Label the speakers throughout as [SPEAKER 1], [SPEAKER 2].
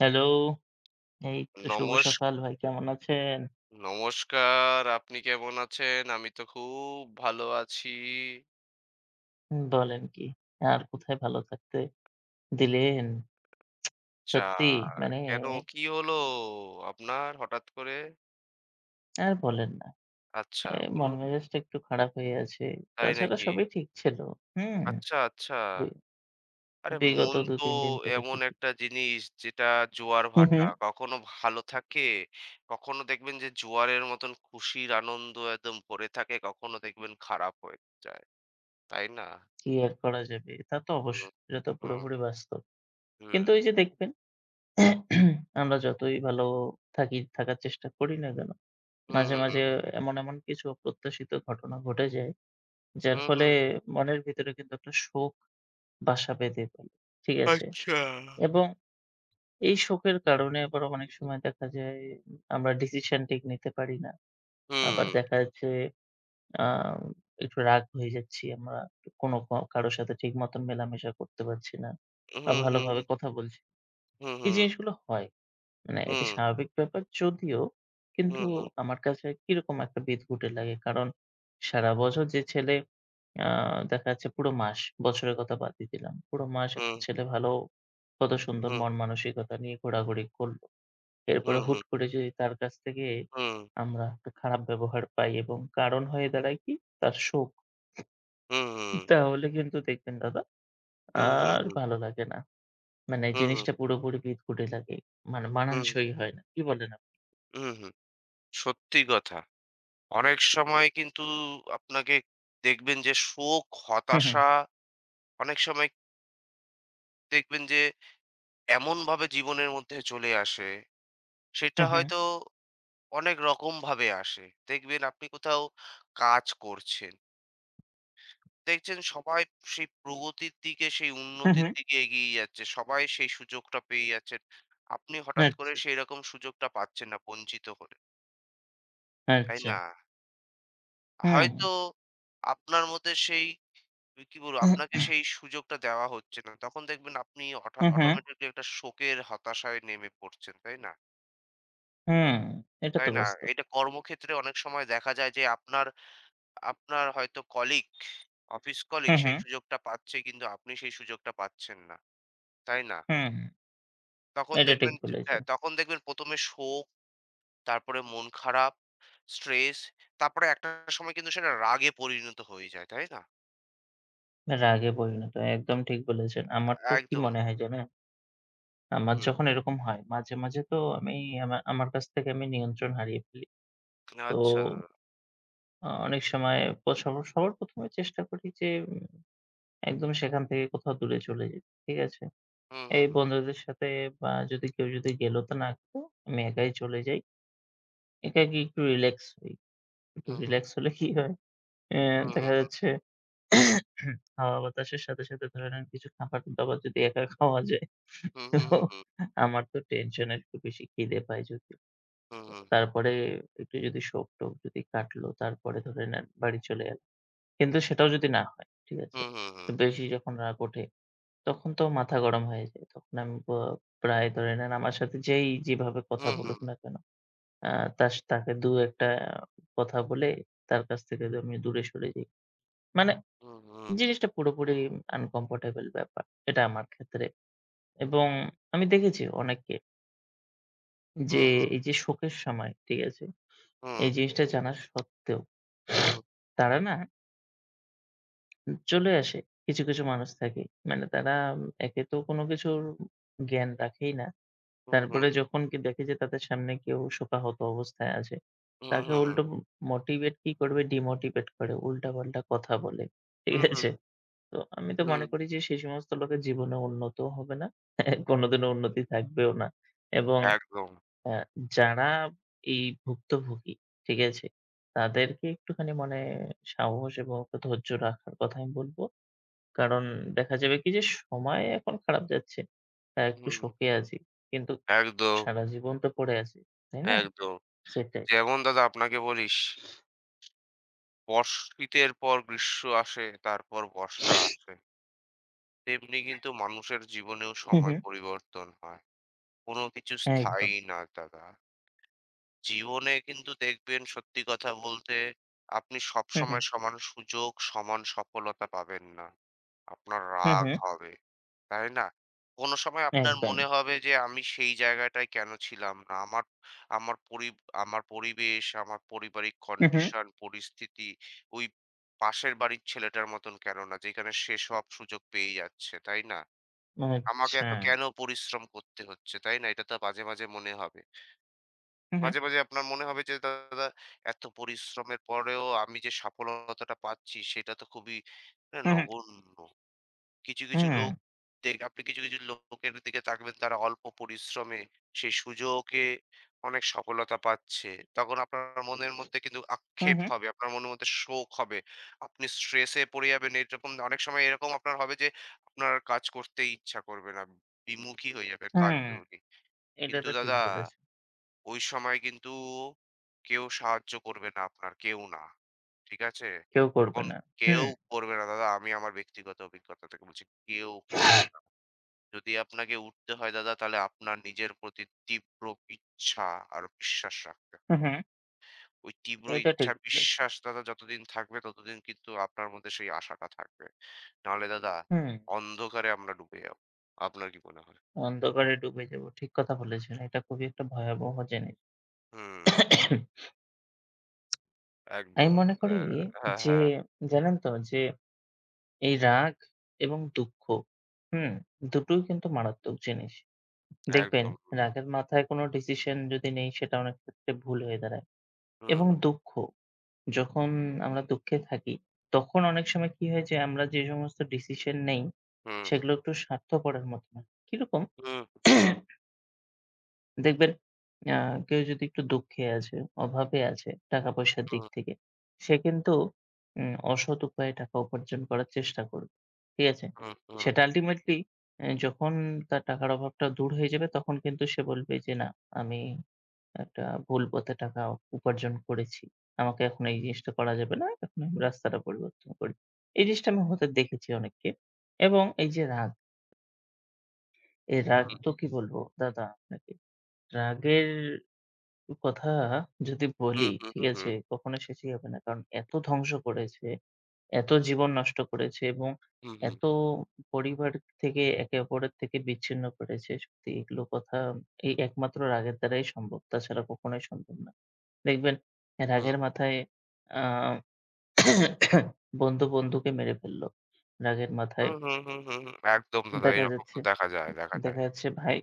[SPEAKER 1] Hello, এই তো শুভ
[SPEAKER 2] নমস
[SPEAKER 1] সকাল ভাই কেমন আছেন?
[SPEAKER 2] নমস্কার। আপনি কেমন আছেন? আমি তো খুব ভালো আছি।
[SPEAKER 1] হুম, বলেন কি? আর কোথায় ভালো থাকতে দিলেন?
[SPEAKER 2] যা
[SPEAKER 1] সত্যি মানে
[SPEAKER 2] কেন কি হলো আপনার হঠাৎ করে?
[SPEAKER 1] আর বলেন না।
[SPEAKER 2] আচ্ছা
[SPEAKER 1] এ মন
[SPEAKER 2] বলুন।
[SPEAKER 1] মেজাজটা একটু খারাপ হয়ে আছে।
[SPEAKER 2] তাই
[SPEAKER 1] তাছাড়া
[SPEAKER 2] নাকি?
[SPEAKER 1] সবই ঠিক ছিল। হুম,
[SPEAKER 2] আচ্ছা, আচ্ছা।
[SPEAKER 1] বি
[SPEAKER 2] আরে
[SPEAKER 1] বিগত
[SPEAKER 2] মন তো
[SPEAKER 1] ২-৩ দিন থেকে
[SPEAKER 2] এমন
[SPEAKER 1] ঠিকই।
[SPEAKER 2] একটা জিনিস যেটা জোয়ার
[SPEAKER 1] হুম,
[SPEAKER 2] ভাটা।
[SPEAKER 1] হুম।
[SPEAKER 2] কখনো ভালো থাকে, কখনো দেখবেন যে জোয়ারের মতন খুশির আনন্দ একদম ভরে থাকে, কখনো দেখবেন খারাপ হয়ে যায়। তাই না?
[SPEAKER 1] কি আর করা যাবে? তা তো
[SPEAKER 2] হুম,
[SPEAKER 1] অবশ্যই, এটা তো
[SPEAKER 2] হুম,
[SPEAKER 1] পুরোপুরি বাস্তব।
[SPEAKER 2] হুম,
[SPEAKER 1] কিন্তু ওই যে দেখবেন আমরা যতই ভালো থাকি, থাকার চেষ্টা করি না কেন,
[SPEAKER 2] হুম,
[SPEAKER 1] মাঝে,
[SPEAKER 2] হুম,
[SPEAKER 1] মাঝে
[SPEAKER 2] হুম,
[SPEAKER 1] এমন কিছু অপ্রত্যাশিত ঘটনা ঘটে যায় যার
[SPEAKER 2] হুম,
[SPEAKER 1] ফলে
[SPEAKER 2] হুম।
[SPEAKER 1] মনের ভিতরে কিন্তু একটা শোক বাসা বেঁধে ফেলে। ঠিক আছে?
[SPEAKER 2] আচ্ছা।
[SPEAKER 1] এবং এই শোকের কারণে আবার অনেক সময় দেখা যায় আমরা ডিসিশন ঠিক নিতে পারি না। আবার
[SPEAKER 2] হুম,
[SPEAKER 1] দেখা যাচ্ছে আ একটু রাগ হয়ে যাচ্ছি আমরা। কোনো কারো সাথে ঠিক মতন মেলামেশা করতে পারছি না বা
[SPEAKER 2] হুম,
[SPEAKER 1] ভালোভাবে কথা বলছি না।
[SPEAKER 2] হুম, হুম,
[SPEAKER 1] এই
[SPEAKER 2] হুম,
[SPEAKER 1] জিনিসগুলো হয়। মানে এটা
[SPEAKER 2] হুম,
[SPEAKER 1] স্বাভাবিক ব্যাপার যদিও কিন্তু
[SPEAKER 2] হুম,
[SPEAKER 1] আমার কাছে কিরকম একটা বিদঘুটে লাগে। কারণ সারা বছর যে ছেলে আ দেখা যাচ্ছে পুরো মাস, বছরের কথা বাদ দিয়ে দিলাম। পুরো মাস একটা
[SPEAKER 2] হুম,
[SPEAKER 1] ছেলে ভালো কত সুন্দর
[SPEAKER 2] হুম, হুম,
[SPEAKER 1] মন-মানসিকতা নিয়ে ঘোরাঘুরি করলো। এরপরে হুট করে যদি তার কাছ থেকে
[SPEAKER 2] হুম, হুম, হুম,
[SPEAKER 1] আমরা একটা খারাপ ব্যবহার পাই এবং কারণ হয়ে দাঁড়ায় কি? তার শোক। তাহলে কিন্তু দেখবেন দাদা
[SPEAKER 2] হুম, হুম,
[SPEAKER 1] আর ভালো লাগে না। মানে জিনিসটা পুরোপুরি বিদঘুটে লাগে। মানে মানানসই হয় না। কি বলেন আপনি?
[SPEAKER 2] হুম, হুম। সত্যি কথা। অনেক সময় কিন্তু আপনাকে দেখবেন যে শোক,
[SPEAKER 1] হু, হু,
[SPEAKER 2] হতাশা অনেক সময় দেখবেন যে এমনভাবে জীবনের মধ্যে চলে আসে, সেটা
[SPEAKER 1] হু, হু,
[SPEAKER 2] হয়তো অনেক রকমভাবে আসে। দেখবেন আপনি কোথাও কাজ করছেন। দেখছেন সবাই সেই প্রগতির দিকে, সেই
[SPEAKER 1] হু,
[SPEAKER 2] উন্নতির
[SPEAKER 1] হু।
[SPEAKER 2] দিকে এগিয়ে যাচ্ছে। সবাই সেই সুযোগটা পেয়ে যাচ্ছেন। আপনি হঠাৎ করে
[SPEAKER 1] আচ্ছা,
[SPEAKER 2] সেই রকম সুযোগটা পাচ্ছেন না বঞ্চিত হলেন। তাই
[SPEAKER 1] আচ্ছা।
[SPEAKER 2] না?
[SPEAKER 1] হুম,
[SPEAKER 2] হয়তো আপনার মধ্যে সেই কি বলবো? আপনাকে
[SPEAKER 1] হু,
[SPEAKER 2] সেই সুযোগটা দেওয়া হচ্ছে না। তখন দেখবেন আপনি
[SPEAKER 1] হু, হুম।
[SPEAKER 2] অটোমেটিক্যালি একটা শোকের হতাশায় নেমে পড়ছেন। তাই না?
[SPEAKER 1] হুম, এটা
[SPEAKER 2] তাই
[SPEAKER 1] তো
[SPEAKER 2] না?
[SPEAKER 1] বাস্তব।
[SPEAKER 2] এটা কর্মক্ষেত্রে অনেক সময় দেখা যায় যে আপনার আপনার হয়তো কলিগ, অফিস কলিগ
[SPEAKER 1] হু, হু,
[SPEAKER 2] সেই সুযোগটা পাচ্ছে কিন্তু আপনি সেই সুযোগটা পাচ্ছেন না। তাই না?
[SPEAKER 1] হুম।
[SPEAKER 2] তখন
[SPEAKER 1] এটা ঠিক
[SPEAKER 2] দেখবেন যে
[SPEAKER 1] বলেছেন।
[SPEAKER 2] হ্যাঁ, তখন দেখবেন ১ম এ শোক, তারপরে মন খারাপ, স্ট্রেস, তারপরে একটা সময় কিন্তু সেটা রাগে পরিণত হয়ে যায়, তাই না?
[SPEAKER 1] রাগে পরিণত হয়। একদম ঠিক বলেছেন। আমার তো কি
[SPEAKER 2] একদম।
[SPEAKER 1] মনে হয় জানেন? আমার
[SPEAKER 2] হুম।
[SPEAKER 1] যখন এরকম হয় মাঝে, মাঝে তো আমি আমার কাছ থেকে আমি নিয়ন্ত্রণ হারিয়ে ফেলি। তো
[SPEAKER 2] আচ্ছা দাদা।
[SPEAKER 1] অনেক সময় প সব সবার ১ম এ চেষ্টা করি যে একদম সেখান থেকে কোথাও দূরে চলে যেতে। ঠিক আছে?
[SPEAKER 2] হুম, হুম,
[SPEAKER 1] এই
[SPEAKER 2] হুম।
[SPEAKER 1] বন্ধুদের সাথে বা কেউ যদি গেলো তো না গেলো, আমি একাই চলে যাই। একাকী একটু রিল্যাক্স হই। একটু রিল্যাক্স হলে কি হয়? অ্যা
[SPEAKER 2] হুম,
[SPEAKER 1] দেখা
[SPEAKER 2] হুম, হুম,
[SPEAKER 1] যাচ্ছে হাওয়া বাতাসের সাথে, সাথে ধরে নেন কিছু খাবার কিন্তু আবার যদি একা খাওয়া যায়।
[SPEAKER 2] হুম, হুম,
[SPEAKER 1] তো
[SPEAKER 2] হুম,
[SPEAKER 1] আমার তো টেনশন একটু বেশি খিদে পায় যদিও।
[SPEAKER 2] হুম, হুম,
[SPEAKER 1] তারপরে একটু যদি শোক-টোক যদি কাটলো, তারপরে ধরে নেন বাড়ি চলে এলাম। কিন্তু সেটাও যদি না হয়, ঠিক আছে?
[SPEAKER 2] হুম, হুম,
[SPEAKER 1] একটু বেশি যখন রাগ ওঠে, তখন তো মাথা গরম হয়ে যায়। তখন আমি প্রায় ধরে নেন আমার সাথে যেই যেভাবে কথা
[SPEAKER 2] হুম, হুম,
[SPEAKER 1] বলুক না কেন, আ তাস তাকে ২ ১ টা কথা বলে তার কাছ থেকে আমি দূরে সরে যাই। মানে
[SPEAKER 2] হুম, হুম, হুম,
[SPEAKER 1] জিনিসটা পুরোপুরি আনকমফোর্টেবল ব্যাপার। এটা আমার ক্ষেত্রে এবং আমি দেখেছি অনেককে যে
[SPEAKER 2] হুম,
[SPEAKER 1] এই যে শোকের সময়, ঠিক আছে?
[SPEAKER 2] হুম,
[SPEAKER 1] এই জিনিসটা জানা সত্ত্বেও তারা না চলে আসে। কিছু, কিছু মানুষ থাকে। মানে তারা একে তো কোনো কিছুর জ্ঞান রাখেই না। তারপরে যখন কি দেখে যে তাদের সামনে কেউ শোকাহত অবস্থায় আছে, তাকে
[SPEAKER 2] হুম,
[SPEAKER 1] উল্টো মোটিভেট কি করবে ডিমোটিভেট করে উল্টাপাল্টা কথা বলে। ঠিক
[SPEAKER 2] হুম, হুম,
[SPEAKER 1] আছে? তো আমি তো মনে
[SPEAKER 2] হুম।
[SPEAKER 1] করি যে সেই সমস্ত লোকের জীবনে উন্নত হবে না। কোনোদিনও উন্নতি থাকবেও না। এবং
[SPEAKER 2] একদম।
[SPEAKER 1] আ যারা এই ভুক্তভোগী, ঠিক আছে? তাদেরকে একটুখানি মানে সাহস এবং একটা ধৈর্য রাখার কথা আমি বলব। কারণ দেখা যাবে কি যে সময় এখন খারাপ যাচ্ছে। একটু
[SPEAKER 2] হুম।
[SPEAKER 1] শোকে আছি। কিন্তু
[SPEAKER 2] একদম,
[SPEAKER 1] সারা জীবন তো পড়ে আছি। তাই না?
[SPEAKER 2] একদম।
[SPEAKER 1] সেটাই।
[SPEAKER 2] যেমন দাদা আপনাকে বলি, শীতের পর গ্রীষ্ম আসে, তারপর বর্ষা আসে। তেমনি কিন্তু মানুষের জীবনেও
[SPEAKER 1] হু, হু।
[SPEAKER 2] সময় পরিবর্তন হয়। কোনো কিছু
[SPEAKER 1] একদম।
[SPEAKER 2] স্থায়ী না দাদা। জীবনে কিন্তু দেখবেন সত্যি কথা বলতে আপনি
[SPEAKER 1] হু, হু,
[SPEAKER 2] সবসময় সমান সুযোগ, সমান সফলতা পাবেন না। আপনার
[SPEAKER 1] হু,
[SPEAKER 2] রাগ
[SPEAKER 1] হু।
[SPEAKER 2] হবে। তাই না? কোনো সময় আপনার
[SPEAKER 1] একদম।
[SPEAKER 2] মনে হবে যে আমি সেই জায়গাটায় কেন ছিলাম না? আমার আমার পরি আমার পরিবেশ, আমার পারিবারিক
[SPEAKER 1] হু, হু।
[SPEAKER 2] কন্ডিশন, পরিস্থিতি ওই পাশের বাড়ির ছেলেটার মতন কেন না যেখানে সে সব সুযোগ পেয়ে যাচ্ছে। তাই না? আমাকে
[SPEAKER 1] আচ্ছা।
[SPEAKER 2] এত কেন পরিশ্রম করতে হচ্ছে, তাই না? এটা তো মাঝে, মাঝে মনে হবে।
[SPEAKER 1] হু, হু,
[SPEAKER 2] মাঝে, মাঝে আপনার মনে হবে যে দাদা এত পরিশ্রমের পরেও আমি যে সফলতাটা পাচ্ছি সেটা তো খুবই মানে
[SPEAKER 1] হু, হু।
[SPEAKER 2] নগণ্য। কিছু, কিছু
[SPEAKER 1] হুম।
[SPEAKER 2] লোক দেখ আপনি কিছু, কিছু লোকের দিকে তাকাবেন তারা অল্প পরিশ্রমে সেই সুযোগে অনেক সফলতা পাচ্ছে। তখন আপনার মনের মধ্যে কিন্তু
[SPEAKER 1] হু,
[SPEAKER 2] আক্ষেপ
[SPEAKER 1] হু।
[SPEAKER 2] হবে। আপনার মনের মধ্যে শোক হবে। আপনি স্ট্রেস এ পড়ে যাবেন। এরকম অনেক সময় এরকম আপনার হবে যে আপনার কাজ করতেই ইচ্ছা করবে না। বিমুখী হয়ে যাবে কাজ
[SPEAKER 1] হুম,
[SPEAKER 2] বিমুখী।
[SPEAKER 1] এটা
[SPEAKER 2] কিন্তু
[SPEAKER 1] তো ঠিক
[SPEAKER 2] দাদা
[SPEAKER 1] বলেছেন।
[SPEAKER 2] ওই সময় কিন্তু কেউ সাহায্য করবে না আপনার, কেউ না। ঠিক আছে?
[SPEAKER 1] কেউ করবে
[SPEAKER 2] তখন
[SPEAKER 1] না।
[SPEAKER 2] কেউ
[SPEAKER 1] হুম,
[SPEAKER 2] করবে না দাদা। আমি আমার ব্যক্তিগত অভিজ্ঞতা থেকে বলছি, কেউ করবে না। যদি আপনাকে উঠতে হয় দাদা তাহলে আপনার নিজের প্রতি তীব্র ইচ্ছা আর বিশ্বাস রাখতে হবে।
[SPEAKER 1] হু, হুম।
[SPEAKER 2] ওই তীব্র
[SPEAKER 1] এটা
[SPEAKER 2] ইচ্ছা,
[SPEAKER 1] ঠিক বলেছেন।
[SPEAKER 2] বিশ্বাস দাদা যতদিন থাকবে ততদিন কিন্তু আপনার মধ্যে সেই আশাটা থাকবে। নাহলে দাদা
[SPEAKER 1] হুম,
[SPEAKER 2] অন্ধকারে আমরা ডুবে যাব। আপনার কি মনে হয়?
[SPEAKER 1] অন্ধকারে ডুবে যাব। ঠিক কথা বলেছেন। এটা খুবই একটা ভয়াবহ জিনিস।
[SPEAKER 2] হুম,
[SPEAKER 1] আমি
[SPEAKER 2] একদম
[SPEAKER 1] মনে
[SPEAKER 2] দাদা।
[SPEAKER 1] করি
[SPEAKER 2] হ্যাঁ,
[SPEAKER 1] যে
[SPEAKER 2] হ্যাঁ,
[SPEAKER 1] জানেন তো যে এই রাগ এবং দুঃখ, হুম, দুটোই কিন্তু মারাত্মক জিনিস। দেখবেন
[SPEAKER 2] একদম।
[SPEAKER 1] রাগের মাথায় কোনো ডিসিশন যদি নেই সেটা অনেক ক্ষেত্রে ভুল হয়ে দাঁড়ায়।
[SPEAKER 2] হুম,
[SPEAKER 1] এবং
[SPEAKER 2] হুম,
[SPEAKER 1] দুঃখ, যখন আমরা দুঃখে থাকি তখন অনেক সময় কি হয় যে আমরা যে সমস্ত ডিসিশন নেই
[SPEAKER 2] হুম।
[SPEAKER 1] সেগুলো একটু স্বার্থপরের মতো না। কিরকম?
[SPEAKER 2] হুম, হুম,
[SPEAKER 1] দেখবেন আ কেউ যদি একটু দুঃখে আছে, অভাবে আছে টাকা-পয়সার দিক
[SPEAKER 2] হুম,
[SPEAKER 1] থেকে, সে কিন্তু অসৎ উপায়ে টাকা উপার্জন করার চেষ্টা করবে। ঠিক আছে?
[SPEAKER 2] হুম, হুম,
[SPEAKER 1] সেটা আল্টিমেটলি যখন তার টাকার অভাবটা দূর হয়ে যাবে তখন কিন্তু সে বলবে যে, "না, আমি একটা ভুল পথে টাকা উপার্জন করেছি। আমাকে এখন এই জিনিসটা করা যাবে না। এখন আমি রাস্তাটা পরিবর্তন করি।" এই জিনিসটা আমি হতে দেখেছি অনেককে। এবং এই যে রাগ এই রাগ তো কি বলবো দাদা আপনাকে। রাগের কথা যদি
[SPEAKER 2] হুম,
[SPEAKER 1] বলি,
[SPEAKER 2] হুম,
[SPEAKER 1] ঠিক
[SPEAKER 2] হুম,
[SPEAKER 1] আছে? কখনো শেষই হবে না। কারণ এত ধ্বংস করেছে, এত জীবন নষ্ট করেছে এবং
[SPEAKER 2] হুম, হুম, হুম, হুম,
[SPEAKER 1] এত পরিবার থেকে একে অপরের থেকে বিচ্ছিন্ন করেছে। সত্যি এগুলো কথা এই একমাত্র রাগের দ্বারাই সম্ভব। তাছাড়া কখনোই সম্ভব না। দেখবেন রাগের মাথায় আ বন্ধু বন্ধুকে মেরে ফেললো। রাগের মাথায়
[SPEAKER 2] হুম, হুম, হুম, হুম। একদম দাদা
[SPEAKER 1] দেখা
[SPEAKER 2] এরকম তো
[SPEAKER 1] যাচ্ছে
[SPEAKER 2] দেখা যায়, দেখা যায়।
[SPEAKER 1] দেখা যাচ্ছে ভাই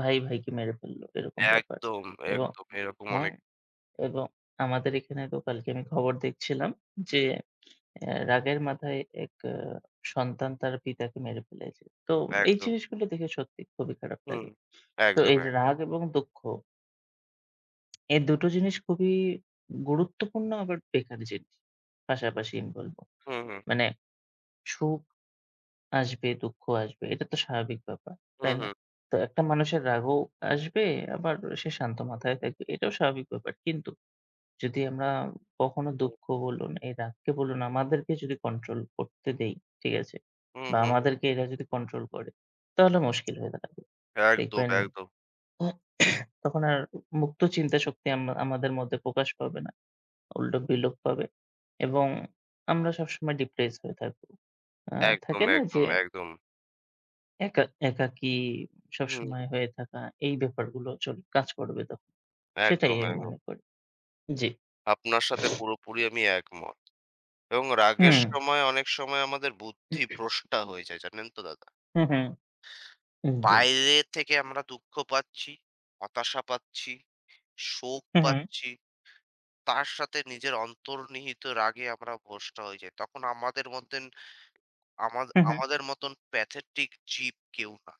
[SPEAKER 1] ভাই ভাইকে মেরে ফেললো এরকম ব্যাপার।
[SPEAKER 2] একদম,
[SPEAKER 1] এবং
[SPEAKER 2] একদম এরকম অনেক
[SPEAKER 1] হ্যাঁ, এবং আমাদের এখানে তো কালকে আমি খবর দেখছিলাম যে রাগের মাথায় এক সন্তান তার পিতাকে মেরে ফেলেছে। তো এই
[SPEAKER 2] একদম।
[SPEAKER 1] জিনিসগুলো দেখে সত্যি খুবই খারাপ
[SPEAKER 2] হুম,
[SPEAKER 1] লাগে। তো
[SPEAKER 2] একদম
[SPEAKER 1] এই
[SPEAKER 2] এক
[SPEAKER 1] রাগ এবং দুঃখ এই দুটো জিনিস খুবই গুরুত্বপূর্ণ আবার বেকার জিনিস। পাশাপাশি আমি বলব।
[SPEAKER 2] হুম, হুম,
[SPEAKER 1] মানে সুখ আসবে, দুঃখ আসবে। এটা তো স্বাভাবিক ব্যাপার,
[SPEAKER 2] হুম,
[SPEAKER 1] তাই না?
[SPEAKER 2] হুম,
[SPEAKER 1] তো একটা মানুষের রাগও আসবে, আবার সে শান্ত মাথায় থাকবে। এটাও স্বাভাবিক ব্যাপার। কিন্তু যদি আমরা কখনো
[SPEAKER 2] হুম,
[SPEAKER 1] দুঃখ বলুন, এই রাগকে বলুন, আমাদেরকে যদি কন্ট্রোল করতে দেই, ঠিক আছে?
[SPEAKER 2] হুম,
[SPEAKER 1] বা
[SPEAKER 2] হুম, হুম।
[SPEAKER 1] আমাদেরকে এরা যদি কন্ট্রোল করে, তাহলে মুশকিল হয়ে দাঁড়াবে।
[SPEAKER 2] একদম,
[SPEAKER 1] দেখবেন
[SPEAKER 2] একদম,
[SPEAKER 1] তখন আর মুক্ত চিন্তা শক্তি আমাদের মধ্যে প্রকাশ পাবে না। উল্টো বিলোপ পাবে এবং আমরা সবসময় ডিপ্রেস হয়ে থাকবো। আ
[SPEAKER 2] একদম,
[SPEAKER 1] থাকে না যে
[SPEAKER 2] একদম, একদম।
[SPEAKER 1] একা একাকী
[SPEAKER 2] হুম,
[SPEAKER 1] সবসময় হয়ে থাকা এই ব্যাপারগুলো কাজ করবে তখন। সেটাই
[SPEAKER 2] একদম,
[SPEAKER 1] আমি
[SPEAKER 2] একদম।
[SPEAKER 1] মনে করি। জি।
[SPEAKER 2] আপনার সাথে পুরোপুরি আমি একমত। এবং রাগের
[SPEAKER 1] হুম,
[SPEAKER 2] সময় অনেক সময় আমাদের বুদ্ধি ভ্রষ্টা হয়ে যায় জানেন তো দাদা?
[SPEAKER 1] হুম, হুম, হুম, জি।
[SPEAKER 2] বাইরে থেকে আমরা দুঃখ পাচ্ছি, হতাশা পাচ্ছি, শোক
[SPEAKER 1] হুম, হুম,
[SPEAKER 2] পাচ্ছি। তার সাথে নিজের অন্তর্নিহিত রাগে আমরা ভ্রষ্ট হয়ে যাই। তখন আমা
[SPEAKER 1] হুম, হুম।
[SPEAKER 2] আমাদের মতন প্যাথেটিক জীব কেউ না।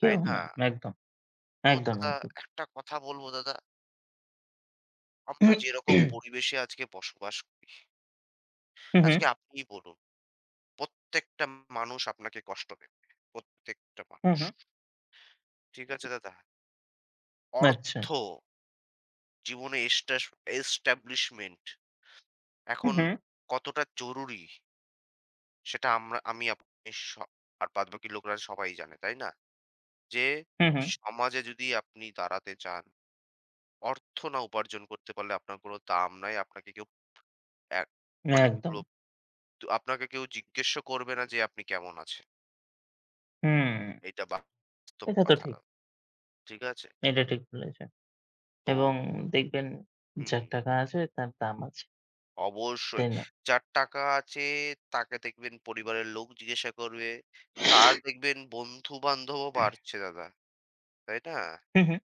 [SPEAKER 2] তাই
[SPEAKER 1] কেউ
[SPEAKER 2] না?
[SPEAKER 1] না। একদম,
[SPEAKER 2] তো
[SPEAKER 1] একদম,
[SPEAKER 2] দাদা
[SPEAKER 1] একদম।
[SPEAKER 2] একটা কথা বলব দাদা, আমরা
[SPEAKER 1] হুম,
[SPEAKER 2] যেরকম পরিবেশে আজকে বসবাস করি,
[SPEAKER 1] হুম,
[SPEAKER 2] আজকে আপনিই বলুন। প্রত্যেকটা মানুষ আপনাকে কষ্ট দেবে। প্রত্যেকটা
[SPEAKER 1] হুম,
[SPEAKER 2] মানুষ।
[SPEAKER 1] হুম।
[SPEAKER 2] ঠিক আছে দাদা?
[SPEAKER 1] আচ্ছা।
[SPEAKER 2] অর্থ, জীবনে এস্টাবলিশমেন্ট
[SPEAKER 1] হুম,
[SPEAKER 2] এখন
[SPEAKER 1] হুম,
[SPEAKER 2] কতটা জরুরি সেটা আমরা আমি আপনি স আর বাদবাকি লোকরা সবাই জানে, তাই না? যে
[SPEAKER 1] হুম, হুম।
[SPEAKER 2] সমাজে যদি আপনি দাঁড়াতে চান, অর্থ না উপার্জন করতে পারলে আপনার কোনো দাম নাই। আপনাকে কেউ এক মানে কি
[SPEAKER 1] একদম।
[SPEAKER 2] বলব, আপনাকে কেউ জিজ্ঞেসও করবে না যে আপনি কেমন আছেন।
[SPEAKER 1] হুম,
[SPEAKER 2] এটা বাস্তব
[SPEAKER 1] এটা তো
[SPEAKER 2] কথা।
[SPEAKER 1] ঠিক।
[SPEAKER 2] না, ঠিক আছে?
[SPEAKER 1] এটা ঠিক বলেছেন।
[SPEAKER 2] তো
[SPEAKER 1] এবং দেখবেন
[SPEAKER 2] হুম,
[SPEAKER 1] যার টাকা আছে তার দাম আছে।
[SPEAKER 2] অবশ্যই।
[SPEAKER 1] তাই না?
[SPEAKER 2] যার টাকা আছে তাকে দেখবেন পরিবারের লোক জিজ্ঞাসা করবে। তার দেখবেন বন্ধু-বান্ধবও বাড়ছে দাদা। তাই না?
[SPEAKER 1] হুম, হুম।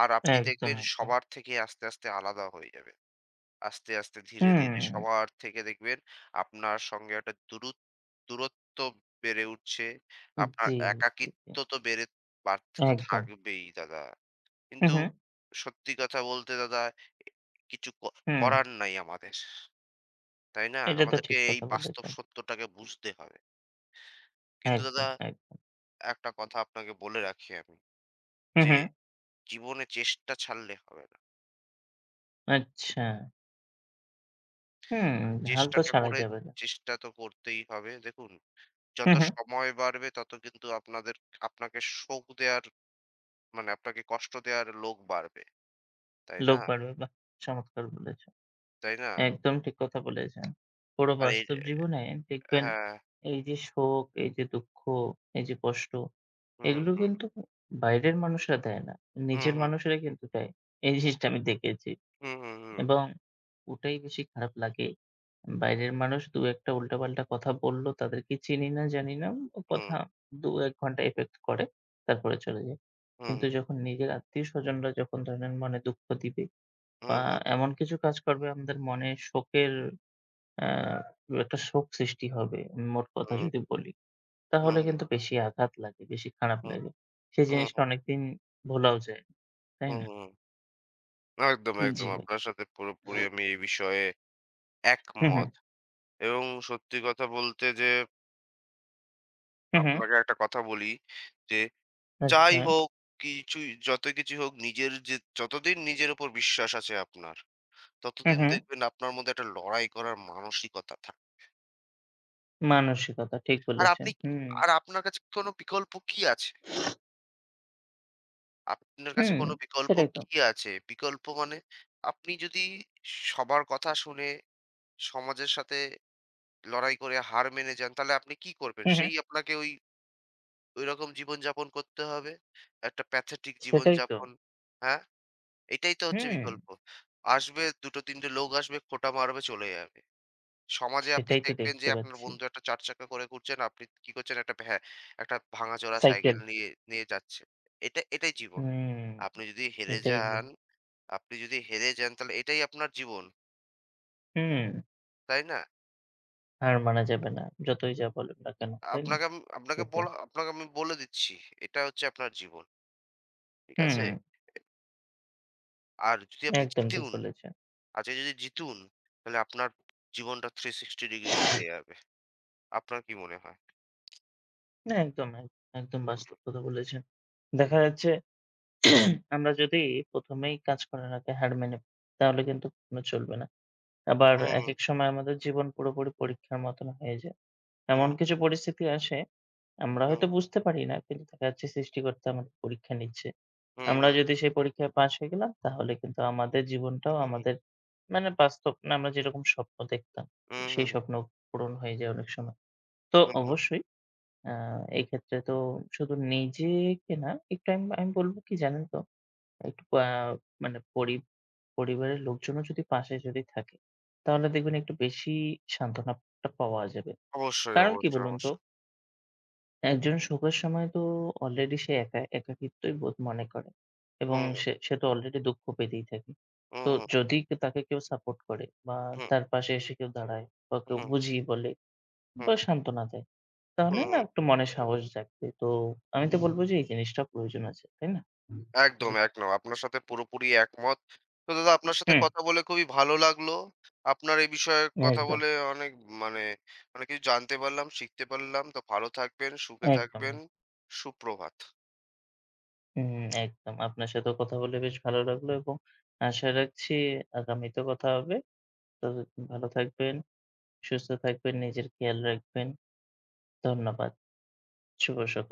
[SPEAKER 2] আর আপনি
[SPEAKER 1] একদম,
[SPEAKER 2] দেখবেন
[SPEAKER 1] একদম।
[SPEAKER 2] সবার থেকে আস্তে, আস্তে আলাদা হয়ে যাবেন। আস্তে, আস্তে ধীরে, ধীরে
[SPEAKER 1] হুম।
[SPEAKER 2] সবার থেকে দেখবেন আপনার সঙ্গে একটা দূরত্ব বেড়ে উঠছে। আপনার
[SPEAKER 1] জি, জি, জি।
[SPEAKER 2] একাকিত্ব তো বেড়ে বাড়তে তো
[SPEAKER 1] একদম।
[SPEAKER 2] থাকবেই দাদা।
[SPEAKER 1] হুম,
[SPEAKER 2] কিন্তু
[SPEAKER 1] হুম।
[SPEAKER 2] সত্যি কথা বলতে দাদা এ কিছু ক
[SPEAKER 1] হুম,
[SPEAKER 2] করার নাই আমাদের। তাই না?
[SPEAKER 1] এটা তো
[SPEAKER 2] আমাদেরকে
[SPEAKER 1] ঠিক
[SPEAKER 2] এই
[SPEAKER 1] কথা
[SPEAKER 2] বাস্তব
[SPEAKER 1] বলেছেন।
[SPEAKER 2] সত্যটাকে বুঝতে হবে। কিন্তু দাদা
[SPEAKER 1] একদম, একদম।
[SPEAKER 2] একটা কথা আপনাকে বলে রাখি আমি
[SPEAKER 1] হুম,
[SPEAKER 2] যে
[SPEAKER 1] হুম।
[SPEAKER 2] জীবনে চেষ্টা ছাড়লে হবে না।
[SPEAKER 1] আচ্ছা। হুম,
[SPEAKER 2] আর
[SPEAKER 1] হাল তো
[SPEAKER 2] চেষ্টাটা
[SPEAKER 1] ছাড়াই
[SPEAKER 2] করে
[SPEAKER 1] যাবে না।
[SPEAKER 2] চেষ্টা তো করতেই হবে। দেখুন, যত
[SPEAKER 1] হুম, হুম।
[SPEAKER 2] সময় বাড়বে তত কিন্তু আপনাদের আপনাকে শোক দেয়ার মানে আপনাকে কষ্ট দেয়ার লোক বাড়বে। তাই না?
[SPEAKER 1] লোক বাড়বে। বাহ! চমৎকার বলেছেন।
[SPEAKER 2] তাই না?
[SPEAKER 1] একদম ঠিক কথা বলেছেন। পুরো
[SPEAKER 2] আর এই
[SPEAKER 1] বাস্তব জীবনে দেখবেন
[SPEAKER 2] হ্যাঁ।
[SPEAKER 1] এই যে শোক, এই যে দুঃখ, এই যে কষ্ট
[SPEAKER 2] হুম,
[SPEAKER 1] এগুলো
[SPEAKER 2] হুম,
[SPEAKER 1] কিন্তু বাইরের মানুষরা দেয় না।
[SPEAKER 2] হুম,
[SPEAKER 1] নিজের
[SPEAKER 2] হুম,
[SPEAKER 1] মানুষেরা কিন্তু দেয়। এই জিনিসটা আমি দেখেছি
[SPEAKER 2] হুম, হুম,
[SPEAKER 1] এবং ওটাই বেশি খারাপ লাগে। বাইরের মানুষ দু-একটা উল্টাপাল্টা কথা বলল, তাদেরকে চিনি না, জানি না। ও
[SPEAKER 2] হুম,
[SPEAKER 1] কথা ২-১ ঘন্টা effect করে। তারপরে চলে যাই।
[SPEAKER 2] হুম,
[SPEAKER 1] কিন্তু যখন নিজের আত্মীয়স্বজনরা যখন ধরেন মনে দুঃখ দিবে
[SPEAKER 2] হুম,
[SPEAKER 1] বা
[SPEAKER 2] হুম, হুম,
[SPEAKER 1] এমন কিছু কাজ করবে আমাদের মনে শোকের আ একটা শোক সৃষ্টি হবে, মোট কথা যদি বলি। তাহলে
[SPEAKER 2] হুম,
[SPEAKER 1] কিন্তু বেশি আঘাত লাগে, বেশি খারাপ
[SPEAKER 2] হুম,
[SPEAKER 1] লাগে। সেই জিনিসটা অনেকদিন ভোলাও যায় না। তাই
[SPEAKER 2] হুম,
[SPEAKER 1] না?
[SPEAKER 2] হুম। একদম,
[SPEAKER 1] জি
[SPEAKER 2] একদম।
[SPEAKER 1] ভাই।
[SPEAKER 2] আপনার সাথে পুরোপুরি আমি এই বিষয়ে
[SPEAKER 1] হু, হু।
[SPEAKER 2] একমত। এবং সত্যি কথা বলতে যে
[SPEAKER 1] হু, হু।
[SPEAKER 2] আপনাকে একটা কথা বলি যে যাই
[SPEAKER 1] আচ্ছা।
[SPEAKER 2] হোক, কিছুই যত কিছুই হোক নিজের যে যতদিন নিজের উপর বিশ্বাস আছে আপনার,
[SPEAKER 1] হু,
[SPEAKER 2] ততদিন
[SPEAKER 1] হু।
[SPEAKER 2] দেখবেন আপনার মধ্যে একটা লড়াই করার মানসিকতা থাকে।
[SPEAKER 1] মানসিকতা ঠিক
[SPEAKER 2] আর
[SPEAKER 1] বলেছেন।
[SPEAKER 2] আপনি
[SPEAKER 1] হুম।
[SPEAKER 2] আর আপনার কাছে কোনো বিকল্প কি আছে? আপনার কাছে
[SPEAKER 1] হুম।
[SPEAKER 2] কোনো বিকল্প
[SPEAKER 1] সেটাই তো।
[SPEAKER 2] কি আছে? বিকল্প মানে আপনি যদি সবার কথা শুনে সমাজের সাথে লড়াই করে হার মেনে যান, তাহলে আপনি কি করবেন?
[SPEAKER 1] হু, হু।
[SPEAKER 2] সেই আপনাকে ওই ঐরকম জীবনযাপন করতে হবে। একটা প্যাথেটিক
[SPEAKER 1] সেটাই তো।
[SPEAKER 2] জীবনযাপন। হ্যাঁ? এটাই তো হচ্ছে
[SPEAKER 1] হুম।
[SPEAKER 2] বিকল্প। আসবে ২ ৩ টে লোক আসবে, খোঁটা মারবে, চলে যাবে। সমাজে আপনি
[SPEAKER 1] সেটাই তো
[SPEAKER 2] দেখবেন যে
[SPEAKER 1] দেখতে
[SPEAKER 2] আপনার
[SPEAKER 1] পাচ্ছি।
[SPEAKER 2] বন্ধু একটা ৪ চাকা করে ঘুরছেন, আপনি কি করছেন? একটা ভাঙাচোরা
[SPEAKER 1] সাইকেল।
[SPEAKER 2] সাইকেল নিয়ে নিয়ে যাচ্ছে। এটা এটাই জীবন।
[SPEAKER 1] হুম।
[SPEAKER 2] আপনি যদি হেরে
[SPEAKER 1] এটাই
[SPEAKER 2] যান
[SPEAKER 1] জীবন।
[SPEAKER 2] আপনি যদি হেরে যান তাহলে এটাই আপনার জীবন।
[SPEAKER 1] হুম।
[SPEAKER 2] তাই না?
[SPEAKER 1] হার মানা যাবে না। যতই যা বলুন না কেন, তাই না?
[SPEAKER 2] আপনাকে আম আপনাকে
[SPEAKER 1] সেটাই।
[SPEAKER 2] বলা আপনাকে আমি বলে দিচ্ছি। এটা হচ্ছে আপনার জীবন। ঠিক
[SPEAKER 1] হুম।
[SPEAKER 2] আছে? আর যদি আপনি
[SPEAKER 1] একদম ঠিক
[SPEAKER 2] জিতুন,
[SPEAKER 1] বলেছেন।
[SPEAKER 2] আজকে যদি জিতুন তাহলে আপনার জীবনটা ৩৬০ ডিগ্রি ঘুরে যাবে। আপনার কি মনে
[SPEAKER 1] না একদম, এক একদম
[SPEAKER 2] হয়?
[SPEAKER 1] বাস্তব কথা বলেছেন।
[SPEAKER 2] হুম,
[SPEAKER 1] দেখা যাচ্ছে আমরা যদি ১ম এই কাজ করার আগে হার মেনে নিই, তাহলে কিন্তু কখনো চলবে না। আবার একেক সময় আমাদের জীবন পুরোপুরি পরীক্ষার মতন হয়ে যায়। এমন
[SPEAKER 2] হুম,
[SPEAKER 1] কিছু পরিস্থিতি আসে আমরা
[SPEAKER 2] হুম,
[SPEAKER 1] হয়তো বুঝতে পারি না। কিন্তু দেখা যাচ্ছে সৃষ্টিকর্তা আমাদের পরীক্ষা নিচ্ছে।
[SPEAKER 2] হুম,
[SPEAKER 1] আমরা
[SPEAKER 2] হুম,
[SPEAKER 1] যদি সেই পরীক্ষায় পাশ হয়ে গেলাম তাহলে কিন্তু আমাদের জীবনটাও
[SPEAKER 2] হুম,
[SPEAKER 1] আমাদের মানে বাস্তব না আমরা যেরকম স্বপ্ন দেখতাম
[SPEAKER 2] হুম, হুম,
[SPEAKER 1] সেই
[SPEAKER 2] হুম, হুম।
[SPEAKER 1] স্বপ্ন পূরণ হয়ে যায় অনেক সময়। তো
[SPEAKER 2] হুম।
[SPEAKER 1] অবশ্যই আ এই ক্ষেত্রে তো শুধু নিজেকে না একটু আমি, আমি বলব কি জানেন তো? একটু আ মানে পরি পরিবারের লোকজনও যদি পাশে যদি থাকে তাহলে দেখবেন একটু বেশি সান্ত্বনাটা পাওয়া যাবে।
[SPEAKER 2] অবশ্যই,
[SPEAKER 1] কারণ কি
[SPEAKER 2] অবশ্যই,
[SPEAKER 1] বলুন তো?
[SPEAKER 2] অবশ্যই।
[SPEAKER 1] একজন শোকের সময় তো অলরেডি সে একা একাকিত্বই বোধ মনে করে এবং
[SPEAKER 2] হুম,
[SPEAKER 1] সে সে তো অলরেডি দুঃখ পেতেই থাকে।
[SPEAKER 2] হুম,
[SPEAKER 1] তো
[SPEAKER 2] হুম,
[SPEAKER 1] যদি তাকে কেউ সাপোর্ট করে বা
[SPEAKER 2] হুম,
[SPEAKER 1] তার পাশে এসে কেউ দাঁড়ায় বা কেউ
[SPEAKER 2] হুম,
[SPEAKER 1] বুঝিয়ে বলে বা
[SPEAKER 2] হুম,
[SPEAKER 1] সান্ত্বনা দেয়,
[SPEAKER 2] হুম,
[SPEAKER 1] তাহলে না
[SPEAKER 2] হুম।
[SPEAKER 1] একটু মনে সাহস জাগবে। তো আমি তো বলব যে এই জিনিসটা প্রয়োজন আছে, তাই না? জি।
[SPEAKER 2] একদম,
[SPEAKER 1] ভাই।
[SPEAKER 2] একদম। আপনার সাথে পুরোপুরি একমত। তো দাদা আপনার সাথে
[SPEAKER 1] হুম,
[SPEAKER 2] কথা বলে খুবই ভালো লাগলো। আপনার এই বিষয়ে কথা
[SPEAKER 1] একদম,
[SPEAKER 2] বলে অনেক মানে অনেক কিছু জানতে পারলাম, শিখতে পারলাম। তো ভালো থাকবেন, সুখে
[SPEAKER 1] একদম,
[SPEAKER 2] থাকবেন।
[SPEAKER 1] এক
[SPEAKER 2] সুপ্রভাত।
[SPEAKER 1] হুম, একদম। আপনার সাথেও কথা বলে বেশ ভালো লাগলো এবং আশা রাখছি আগামীতেও কথা হবে। ততদিন ভালো থাকবেন। সুস্থ থাকবেন, নিজের খেয়াল রাখবেন। ধন্যবাদ। শুভ সক